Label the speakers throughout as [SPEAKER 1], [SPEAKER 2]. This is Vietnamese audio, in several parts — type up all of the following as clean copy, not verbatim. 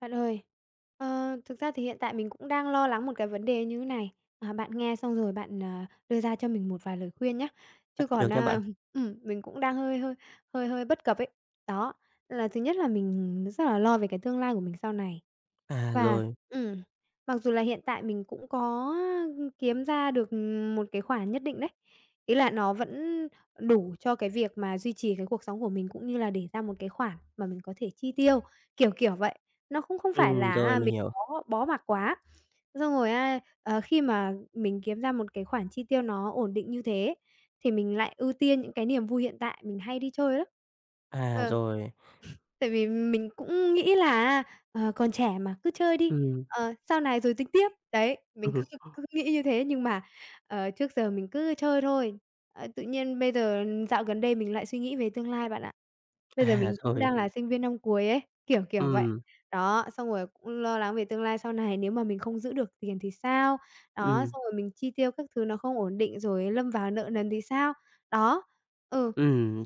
[SPEAKER 1] Bạn ơi, thực ra thì hiện tại mình cũng đang lo lắng một cái vấn đề như thế này, mà bạn nghe xong rồi bạn, à, đưa ra cho mình một vài lời khuyên nhé
[SPEAKER 2] À,
[SPEAKER 1] Chứ
[SPEAKER 2] được
[SPEAKER 1] còn,
[SPEAKER 2] nha
[SPEAKER 1] a
[SPEAKER 2] bạn.
[SPEAKER 1] mình cũng đang hơi hơi bất cập ấy. Đó, là thứ nhất là mình rất là lo về cái tương lai của mình sau này.
[SPEAKER 2] À,
[SPEAKER 1] Và
[SPEAKER 2] rồi,
[SPEAKER 1] ừm, mặc dù là hiện tại mình cũng có, kiếm ra được, một cái khoản nhất định đấy, ý là nó vẫn đủ cho cái việc mà duy trì cái cuộc sống của mình cũng như là để ra một cái khoản mà mình có thể chi tiêu, kiểu, kiểu vậy. Nó cũng không phải là
[SPEAKER 2] rồi,
[SPEAKER 1] à,
[SPEAKER 2] mình
[SPEAKER 1] mình
[SPEAKER 2] hiểu.
[SPEAKER 1] bó bó mặc quá. Xong rồi á, khi mà mình kiếm ra một cái khoản chi tiêu nó ổn định như thế thì mình lại ưu tiên những cái niềm vui hiện tại, mình hay đi chơi lắm.
[SPEAKER 2] À,
[SPEAKER 1] Ờ.
[SPEAKER 2] rồi,
[SPEAKER 1] Tại vì mình cũng nghĩ là còn trẻ mà, cứ chơi đi,
[SPEAKER 2] ừm,
[SPEAKER 1] sau này rồi tính tiếp. Đấy, mình cứ cứ nghĩ như thế nhưng mà, trước giờ mình cứ chơi thôi. Tự nhiên bây giờ dạo gần đây mình lại suy nghĩ về tương lai bạn ạ. Bây giờ
[SPEAKER 2] à,
[SPEAKER 1] mình cũng
[SPEAKER 2] rồi,
[SPEAKER 1] đang là sinh viên năm cuối ấy, kiểu, kiểu vậy.
[SPEAKER 2] ừm,
[SPEAKER 1] Đó, xong rồi cũng lo lắng về tương lai sau này nếu mà mình không giữ được tiền thì sao? Đó,
[SPEAKER 2] ừm,
[SPEAKER 1] xong rồi mình chi tiêu các thứ nó không ổn định rồi lâm vào nợ nần thì sao? Đó, ừ,
[SPEAKER 2] ừm.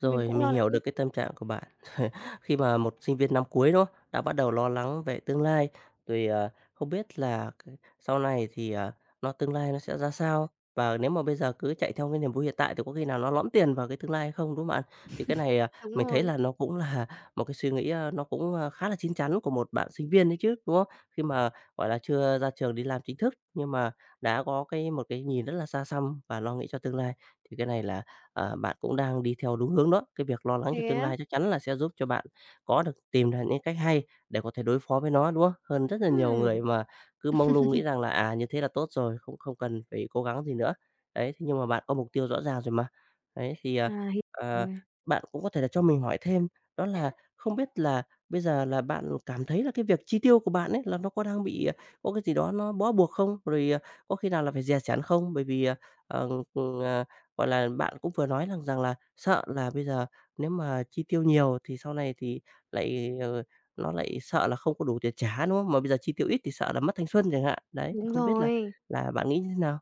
[SPEAKER 1] mình cũng
[SPEAKER 2] mình
[SPEAKER 1] lo lắng
[SPEAKER 2] hiểu
[SPEAKER 1] như
[SPEAKER 2] được cái
[SPEAKER 1] thế.
[SPEAKER 2] tâm trạng của bạn. Khi mà một sinh viên năm cuối, đó, đã bắt đầu lo lắng về tương lai, rồi, không biết là sau này thì, nó tương lai nó sẽ ra sao? Và nếu mà bây giờ cứ chạy theo cái niềm vui hiện tại thì có khi nào nó lõm tiền vào cái tương lai hay không, đúng không bạn? Thì cái này,
[SPEAKER 1] Đúng
[SPEAKER 2] mình thấy
[SPEAKER 1] rồi,
[SPEAKER 2] là nó cũng là một cái suy nghĩ, nó cũng, khá là chín chắn của một bạn sinh viên đấy chứ, đúng không? Khi mà, gọi là, chưa ra trường đi làm chính thức, nhưng mà đã có một cái nhìn rất là xa xăm và lo nghĩ cho tương lai, thì cái này là bạn cũng đang đi theo đúng hướng đó. Cái việc lo lắng cho
[SPEAKER 1] thế
[SPEAKER 2] tương
[SPEAKER 1] á?
[SPEAKER 2] lai chắc chắn là sẽ giúp cho bạn có được tìm ra những cách hay để có thể đối phó với nó, đúng không? Hơn rất là nhiều
[SPEAKER 1] Ừm,
[SPEAKER 2] người mà cứ mông lung nghĩ rằng là, như thế là tốt rồi, không không cần phải cố gắng gì nữa. Đấy, thế nhưng mà bạn có mục tiêu rõ ràng rồi mà. Đấy, thì,
[SPEAKER 1] À, hiểu
[SPEAKER 2] à,
[SPEAKER 1] rồi.
[SPEAKER 2] bạn cũng có thể là cho mình hỏi thêm đó là không biết là bây giờ là bạn cảm thấy là cái việc chi tiêu của bạn ấy là nó có đang bị, có cái gì đó nó bó buộc không? Rồi, có khi nào là phải dè chẽn không? Bởi vì, ờ, ừ, à gọi là, bạn cũng vừa nói rằng rằng là sợ là bây giờ nếu mà chi tiêu nhiều thì sau này thì lại, nó lại sợ là không có đủ tiền trả, đúng không? Mà bây giờ chi tiêu ít thì sợ là mất thanh xuân chẳng hạn. Đấy, thì
[SPEAKER 1] Đúng
[SPEAKER 2] không biết là
[SPEAKER 1] rồi.
[SPEAKER 2] bạn nghĩ như thế nào?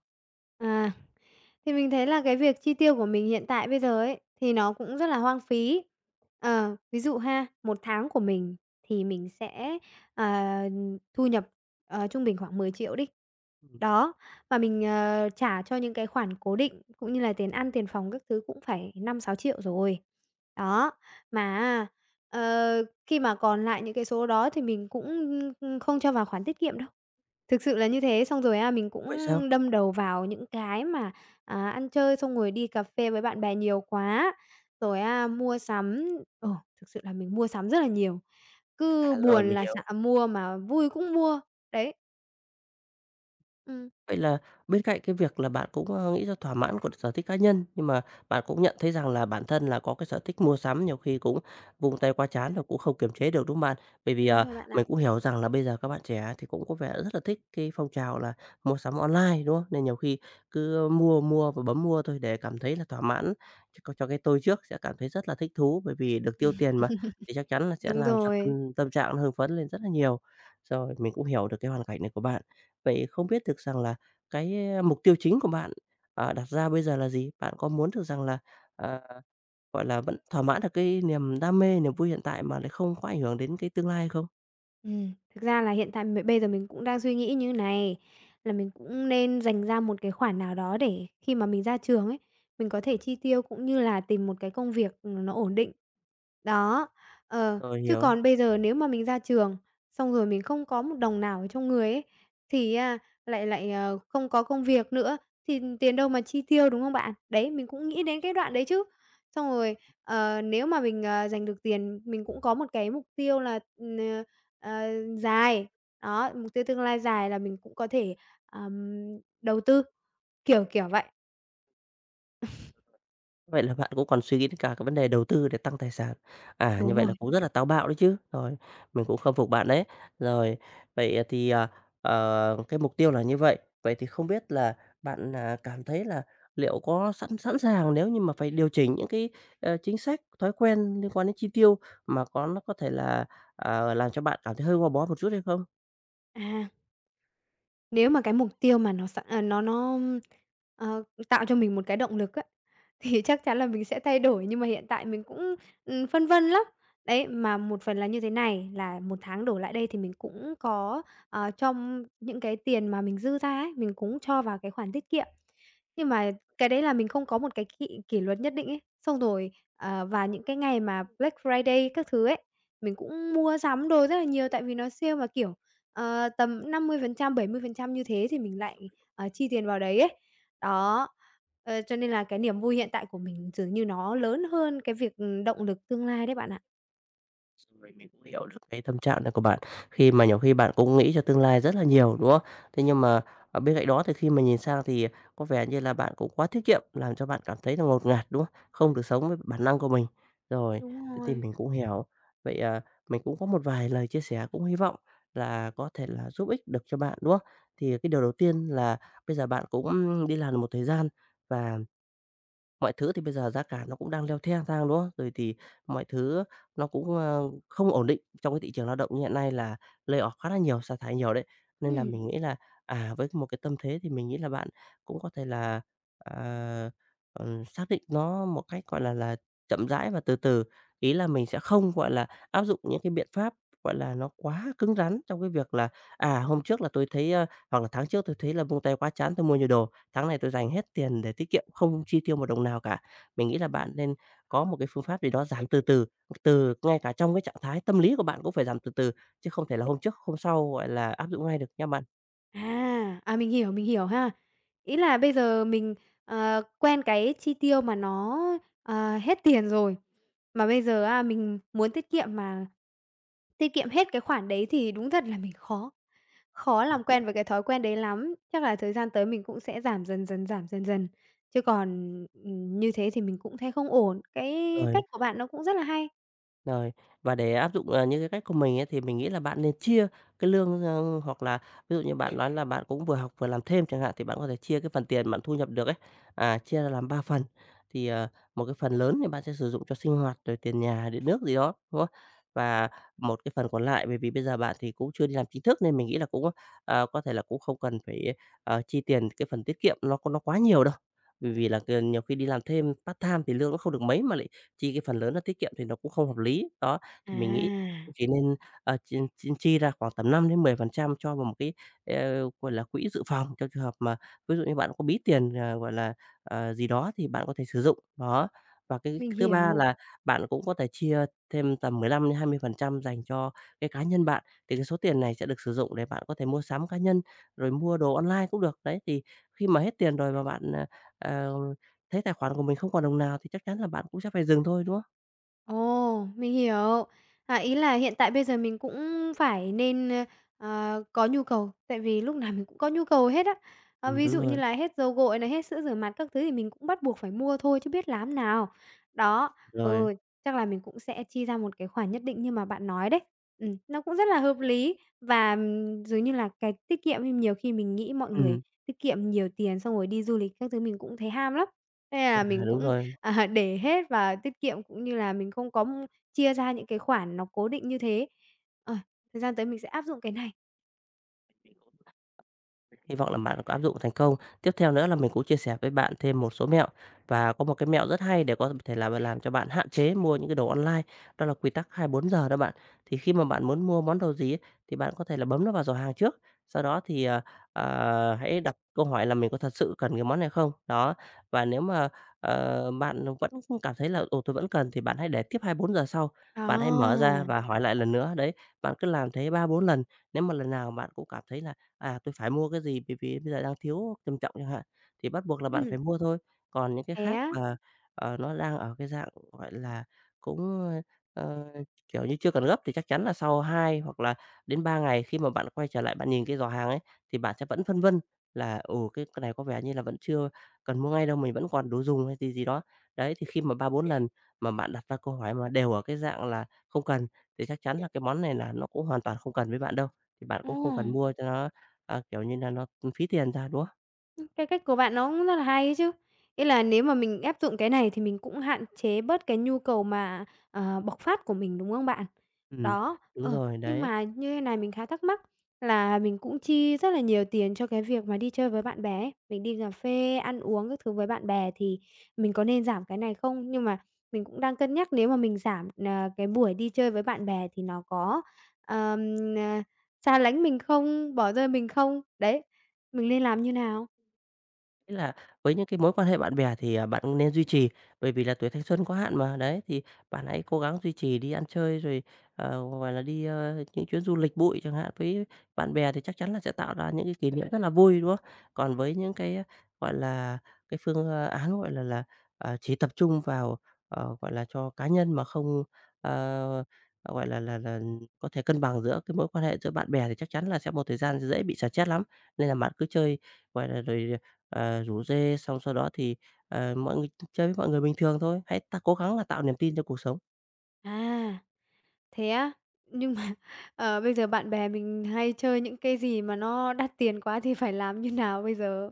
[SPEAKER 1] À, thì mình thấy là cái việc chi tiêu của mình hiện tại bây giờ ấy, thì nó cũng rất là hoang phí. Ví dụ ha, một tháng của mình thì mình sẽ, ờ, thu nhập, trung bình khoảng 10 triệu đi.
[SPEAKER 2] Ừm,
[SPEAKER 1] Đó, và mình, trả cho những cái khoản cố định cũng như là tiền ăn, tiền phòng các thứ cũng phải 5-6 triệu rồi. Đó, mà khi mà còn lại những cái số đó thì mình cũng, không cho vào khoản tiết kiệm đâu. Thực sự là như thế, xong rồi á, mình cũng
[SPEAKER 2] vậy sao?
[SPEAKER 1] đâm đầu vào những cái mà, à, ăn chơi xong rồi đi cà phê với bạn bè nhiều quá, rồi á, mua sắm ờ, thực sự là mình mua sắm rất là nhiều, cứ
[SPEAKER 2] À, rồi,
[SPEAKER 1] buồn
[SPEAKER 2] mình
[SPEAKER 1] là
[SPEAKER 2] hiểu.
[SPEAKER 1] xạ mua mà vui cũng mua. Đấy, ừm,
[SPEAKER 2] Vậy là bên cạnh cái việc là bạn cũng, nghĩ ra thỏa mãn của sở thích cá nhân, nhưng mà bạn cũng nhận thấy rằng là bản thân là có cái sở thích mua sắm nhiều khi cũng vung tay qua trán và cũng không kiềm chế được, đúng không bạn? Bởi vì,
[SPEAKER 1] đúng rồi bạn ạ.
[SPEAKER 2] mình cũng hiểu rằng là bây giờ các bạn trẻ thì cũng có vẻ rất là thích cái phong trào là mua sắm online, đúng không? Nên nhiều khi cứ mua, mua và bấm mua thôi để cảm thấy là thỏa mãn cho cho cái tôi trước sẽ cảm thấy rất là thích thú, bởi vì được tiêu tiền mà, thì chắc chắn là sẽ
[SPEAKER 1] Đúng
[SPEAKER 2] làm cho
[SPEAKER 1] rồi.
[SPEAKER 2] tâm tâm trạng nó hưng phấn lên rất là nhiều. Rồi, mình cũng hiểu được cái hoàn cảnh này của bạn. Vậy không biết được rằng là cái, mục tiêu chính của bạn, đặt ra bây giờ là gì? Bạn có muốn được rằng là, ờ, gọi là, vẫn thỏa mãn được cái niềm đam mê, niềm vui hiện tại mà lại không có ảnh hưởng đến cái tương lai không?
[SPEAKER 1] Thực ra là hiện tại bây giờ mình cũng đang suy nghĩ như này, là mình cũng nên dành ra một cái khoản nào đó để khi mà mình ra trường ấy, mình có thể chi tiêu cũng như là tìm một cái công việc, nó ổn định. Đó, ờ,
[SPEAKER 2] Rồi,
[SPEAKER 1] chứ
[SPEAKER 2] hiểu.
[SPEAKER 1] còn bây giờ nếu mà mình ra trường, xong rồi mình không có một đồng nào ở trong người ấy, thì á lại lại, ờ, không có công việc nữa, thì tiền đâu mà chi tiêu, đúng không bạn? Đấy, mình cũng nghĩ đến cái đoạn đấy chứ. Xong rồi, nếu mà mình, dành được tiền, mình cũng có một cái mục tiêu là, Ờ, dài. Đó, mục tiêu tương lai dài là mình cũng có thể, ờm, đầu tư, kiểu, kiểu vậy.
[SPEAKER 2] Vậy là bạn cũng còn suy nghĩ đến cả cái vấn đề đầu tư để tăng tài sản. À, như
[SPEAKER 1] Đúng
[SPEAKER 2] vậy
[SPEAKER 1] rồi,
[SPEAKER 2] là cũng rất là táo bạo đấy chứ. Rồi, mình cũng khâm phục bạn đấy. Rồi, vậy thì, cái mục tiêu là như vậy. Vậy thì không biết là bạn, cảm thấy là liệu có sẵn sẵn sàng nếu như mà phải điều chỉnh những cái, chính sách, thói quen liên quan đến chi tiêu mà có nó có thể là, làm cho bạn cảm thấy hơi gò bó một chút hay không?
[SPEAKER 1] à. Nếu mà cái mục tiêu mà nó sẵn à, nó, ờ, tạo cho mình một cái động lực á, thì chắc chắn là mình sẽ thay đổi, nhưng mà hiện tại mình cũng, phân vân lắm. Đấy, mà một phần là như thế này, là một tháng đổ lại đây thì mình cũng có, trong những cái tiền mà mình dư ra ấy, mình cũng cho vào cái khoản tiết kiệm. Nhưng mà cái đấy là mình không có một cái kỷ kỷ luật nhất định ấy. Xong rồi, và những cái ngày mà Black Friday các thứ ấy, mình cũng mua sắm đồ rất là nhiều tại vì nó sale mà, kiểu, tầm 50% 70% như thế thì mình lại, chi tiền vào đấy ấy. Đó, cho nên là cái niềm vui hiện tại của mình dường như nó lớn hơn cái việc, động lực tương lai đấy bạn ạ.
[SPEAKER 2] Rồi, mình cũng hiểu được cái tâm trạng này của bạn, khi mà nhiều khi bạn cũng nghĩ cho tương lai rất là nhiều, đúng không? Thế nhưng mà, bên cạnh đó thì khi mà nhìn sang thì có vẻ như là bạn cũng quá tiết kiệm, làm cho bạn cảm thấy là ngột ngạt, đúng không? Không được sống với bản năng của mình. Rồi,
[SPEAKER 1] Đúng
[SPEAKER 2] thế thì
[SPEAKER 1] rồi.
[SPEAKER 2] mình cũng hiểu. Vậy, mình cũng có một vài lời chia sẻ cũng hy vọng là có thể là giúp ích được cho bạn, đúng không? Thì cái điều đầu tiên là bây giờ bạn cũng đi làm được một thời gian và mọi thứ thì bây giờ giá cả nó cũng đang leo thang thang, đúng không? Rồi thì mọi thứ nó cũng, không ổn định trong cái thị trường lao động như hiện nay là lay-off khá là nhiều, sa thải nhiều đấy. Nên là
[SPEAKER 1] Ừm.
[SPEAKER 2] mình nghĩ là, với một cái tâm thế thì mình nghĩ là bạn cũng có thể là, à, xác định nó một cách, gọi là, chậm rãi và từ từ. Ý là mình sẽ không, gọi là, áp dụng những cái biện pháp, gọi là, nó quá cứng rắn trong cái việc là, hôm trước là tôi thấy, hoặc là tháng trước tôi thấy là vung tay quá chán tôi mua nhiều đồ. Tháng này tôi dành hết tiền để tiết kiệm, không chi tiêu một đồng nào cả. Mình nghĩ là bạn nên có một cái phương pháp gì đó giảm từ từ, từ ngay cả trong cái trạng thái tâm lý của bạn cũng phải giảm từ từ, chứ không thể là hôm trước hôm sau, gọi là, áp dụng ngay được nha bạn.
[SPEAKER 1] À, à, mình hiểu ha. Ý là bây giờ mình, quen cái chi tiêu mà nó, hết tiền rồi, mà bây giờ á mình muốn tiết kiệm mà Tiết kiệm hết cái khoản đấy thì đúng thật là mình khó khó
[SPEAKER 2] Ừm.
[SPEAKER 1] làm quen với cái thói quen đấy lắm. Chắc là thời gian tới mình cũng sẽ giảm dần dần, chứ còn, như thế thì mình cũng thấy không ổn. Cái
[SPEAKER 2] Rồi.
[SPEAKER 1] cách của bạn nó cũng rất là hay.
[SPEAKER 2] Rồi, và để áp dụng, những cái cách của mình ấy, thì mình nghĩ là bạn nên chia cái lương, hoặc là ví dụ như bạn nói là bạn cũng vừa học vừa làm thêm chẳng hạn, thì bạn có thể chia cái phần tiền bạn thu nhập được ấy, chia ra làm 3 phần. Thì, một cái phần lớn thì bạn sẽ sử dụng cho sinh hoạt, rồi tiền nhà, điện nước gì đó, đúng không? Và một cái phần còn lại, bởi vì bây giờ bạn thì cũng chưa đi làm chính thức nên mình nghĩ là cũng, có thể là cũng không cần phải, chi tiền cái phần tiết kiệm nó quá nhiều đâu. Bởi vì là nhiều khi đi làm thêm part-time thì lương nó không được mấy mà lại chi cái phần lớn là tiết kiệm thì nó cũng không hợp lý. Đó, thì mình nghĩ
[SPEAKER 1] À.
[SPEAKER 2] chỉ nên, chi chi chi ra khoảng tầm 5 đến 10% cho vào một cái, gọi là, quỹ dự phòng trong trường hợp mà ví dụ như bạn có bí tiền, gọi là, gì đó thì bạn có thể sử dụng. Đó, và cái
[SPEAKER 1] Mình
[SPEAKER 2] thứ ba
[SPEAKER 1] hiểu.
[SPEAKER 2] là bạn cũng có thể chia thêm tầm 15 đến 20% dành cho cái cá nhân bạn, thì cái số tiền này sẽ được sử dụng để bạn có thể mua sắm cá nhân, rồi mua đồ online cũng được. Đấy, thì khi mà hết tiền rồi mà bạn, ờ thấy tài khoản của mình không còn đồng nào thì chắc chắn là bạn cũng sẽ phải dừng thôi, đúng không?
[SPEAKER 1] Ồ, mình hiểu. À, ý là hiện tại bây giờ mình cũng phải nên, ờ, à, có nhu cầu, tại vì lúc nào mình cũng có nhu cầu hết á. Ví
[SPEAKER 2] Đúng
[SPEAKER 1] dụ như
[SPEAKER 2] rồi,
[SPEAKER 1] là hết dầu gội này, hết sữa rửa mặt các thứ thì mình cũng bắt buộc phải mua thôi chứ biết làm nào. Đó,
[SPEAKER 2] rồi.
[SPEAKER 1] ừ, chắc là mình cũng sẽ chi ra một cái khoản nhất định như mà bạn nói đấy. Nó cũng rất là hợp lý và, dường như là cái tiết kiệm ấy, nhiều khi mình nghĩ mọi người
[SPEAKER 2] Ừm,
[SPEAKER 1] tiết kiệm nhiều tiền xong rồi đi du lịch các thứ mình cũng thấy ham lắm. Nên
[SPEAKER 2] à,
[SPEAKER 1] là mình
[SPEAKER 2] đúng
[SPEAKER 1] cũng
[SPEAKER 2] rồi.
[SPEAKER 1] À, để hết và tiết kiệm cũng như là mình không có chia ra những cái khoản nó cố định như thế. Ờ, Thời gian tới mình sẽ áp dụng cái này.
[SPEAKER 2] Hy vọng là bạn có áp dụng thành công. Tiếp theo nữa là mình cũng chia sẻ với bạn thêm một số mẹo và có một cái mẹo rất hay để có thể là làm cho bạn hạn chế mua những cái đồ online, đó là quy tắc 24 giờ đó bạn. Thì khi mà bạn muốn mua món đồ gì ấy, thì bạn có thể là bấm nó vào giỏ hàng trước, sau đó thì, hãy đặt câu hỏi là mình có thật sự cần cái món này không? Đó, và nếu mà, bạn vẫn cảm thấy là "Ồ, tôi vẫn cần" thì bạn hãy để tiếp 24 giờ sau,
[SPEAKER 1] À.
[SPEAKER 2] bạn hãy mở ra và hỏi lại lần nữa. Đấy, bạn cứ làm thế 3 4 lần, nếu mà lần nào bạn cũng cảm thấy là tôi phải mua cái gì bởi vì bây giờ đang thiếu trầm trọng chẳng hạn, thì bắt buộc là bạn
[SPEAKER 1] Ừm,
[SPEAKER 2] phải mua thôi. Còn những cái
[SPEAKER 1] thế
[SPEAKER 2] khác
[SPEAKER 1] á?
[SPEAKER 2] mà, nó đang ở cái dạng, gọi là, cũng, ờ, kiểu như, chưa cần gấp thì chắc chắn là sau 2 hoặc là đến 3 ngày khi mà bạn quay trở lại bạn nhìn cái giỏ hàng ấy, thì bạn sẽ vẫn phân vân là, ồ cái này có vẻ như là vẫn chưa cần mua ngay đâu, mình vẫn còn đủ dùng hay gì gì đó. Đấy, thì khi mà 3 4 lần mà bạn đặt ra câu hỏi mà đều ở cái dạng là không cần, thì chắc chắn là cái món này là nó cũng hoàn toàn không cần với bạn đâu, thì bạn
[SPEAKER 1] Ồ.
[SPEAKER 2] cũng không cần mua cho nó, kiểu như là, nó phí tiền ra, đúng không?
[SPEAKER 1] Cái cách của bạn nó cũng rất là hay ấy chứ. Ý là nếu mà mình áp dụng cái này thì mình cũng hạn chế bớt cái nhu cầu mà, bộc phát của mình, đúng không bạn?
[SPEAKER 2] Ừm,
[SPEAKER 1] Đó,
[SPEAKER 2] đúng rồi,
[SPEAKER 1] nhưng
[SPEAKER 2] đấy.
[SPEAKER 1] mà như thế này mình khá thắc mắc là mình cũng chi rất là nhiều tiền cho cái việc mà đi chơi với bạn bè ấy, mình đi cà phê, ăn uống các thứ với bạn bè thì mình có nên giảm cái này không? Nhưng mà mình cũng đang cân nhắc nếu mà mình giảm, cái buổi đi chơi với bạn bè thì nó có, ờm, ờ, xa lánh mình không, bỏ rơi mình không? Đấy, mình nên làm như nào?
[SPEAKER 2] Ý là với những cái mối quan hệ bạn bè thì, bạn nên duy trì, bởi vì là tuổi thanh xuân có hạn mà, đấy, thì bạn hãy cố gắng duy trì đi ăn chơi rồi, gọi là, đi, những chuyến du lịch bụi chẳng hạn với bạn bè thì chắc chắn là sẽ tạo ra những cái kỷ niệm rất là vui, đúng không? Còn với những cái, gọi là, cái phương, án, gọi là, chỉ tập trung vào, gọi là, cho cá nhân mà không, ờ, gọi là, có thể cân bằng giữa cái mối quan hệ giữa bạn bè thì chắc chắn là sẽ một thời gian dễ bị xả stress lắm. Nên là bạn cứ chơi, gọi là, rồi rủ rê, xong sau đó thì, mọi người chơi với mọi người bình thường thôi. Hãy ta cố gắng là tạo niềm tin cho cuộc sống.
[SPEAKER 1] À, thế á? Nhưng mà, bây giờ bạn bè mình hay chơi những cái gì mà nó đắt tiền quá thì phải làm như nào bây giờ?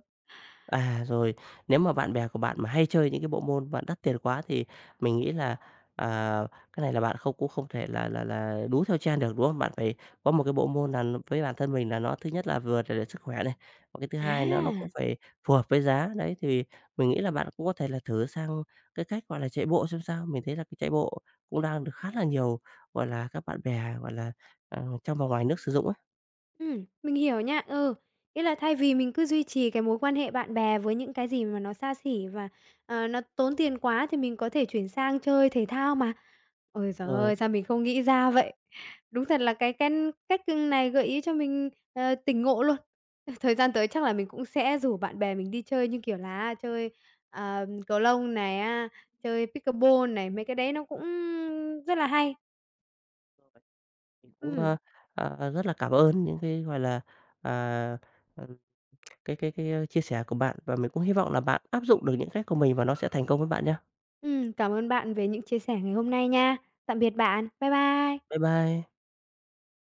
[SPEAKER 2] À, rồi, nếu mà bạn bè của bạn mà hay chơi những cái bộ môn mà đắt tiền quá thì mình nghĩ là, à, cái này là bạn không cũng không thể là đú theo trend được, đúng không? Bạn phải có một cái bộ môn là nó với bản thân mình là nó thứ nhất là vừa để sức khỏe này, và cái thứ hai nữa nó cũng
[SPEAKER 1] À!
[SPEAKER 2] phải phù hợp với giá. Đấy, thì mình nghĩ là bạn cũng có thể là thử sang cái cách, gọi là, chạy bộ xem sao. Mình thấy là cái chạy bộ cũng đang được khá là nhiều, gọi là, các bạn bè, gọi là, trong và ngoài nước sử dụng ấy.
[SPEAKER 1] Mình hiểu nha, ừ. Nghĩa là thay vì mình cứ duy trì cái mối quan hệ bạn bè với những cái gì mà nó xa xỉ và, nó tốn tiền quá thì mình có thể chuyển sang chơi thể thao mà. Ôi giời
[SPEAKER 2] Rồi.
[SPEAKER 1] ơi, sao mình không nghĩ ra vậy? Đúng thật là cái cách này gợi ý cho mình, tỉnh ngộ luôn. Thời gian tới chắc là mình cũng sẽ rủ bạn bè mình đi chơi như kiểu là chơi, cầu lông này, chơi pickleball này, mấy cái đấy nó cũng rất là hay.
[SPEAKER 2] Mình cũng,
[SPEAKER 1] Ừm.
[SPEAKER 2] rất là cảm ơn những cái, gọi là, à, ừm, chia sẻ của bạn và mình cũng hy vọng là bạn áp dụng được những cách của mình và nó sẽ thành công với bạn nhé.
[SPEAKER 1] Cảm ơn bạn về những chia sẻ ngày hôm nay nha. Tạm biệt bạn. Bye bye.
[SPEAKER 2] Bye bye.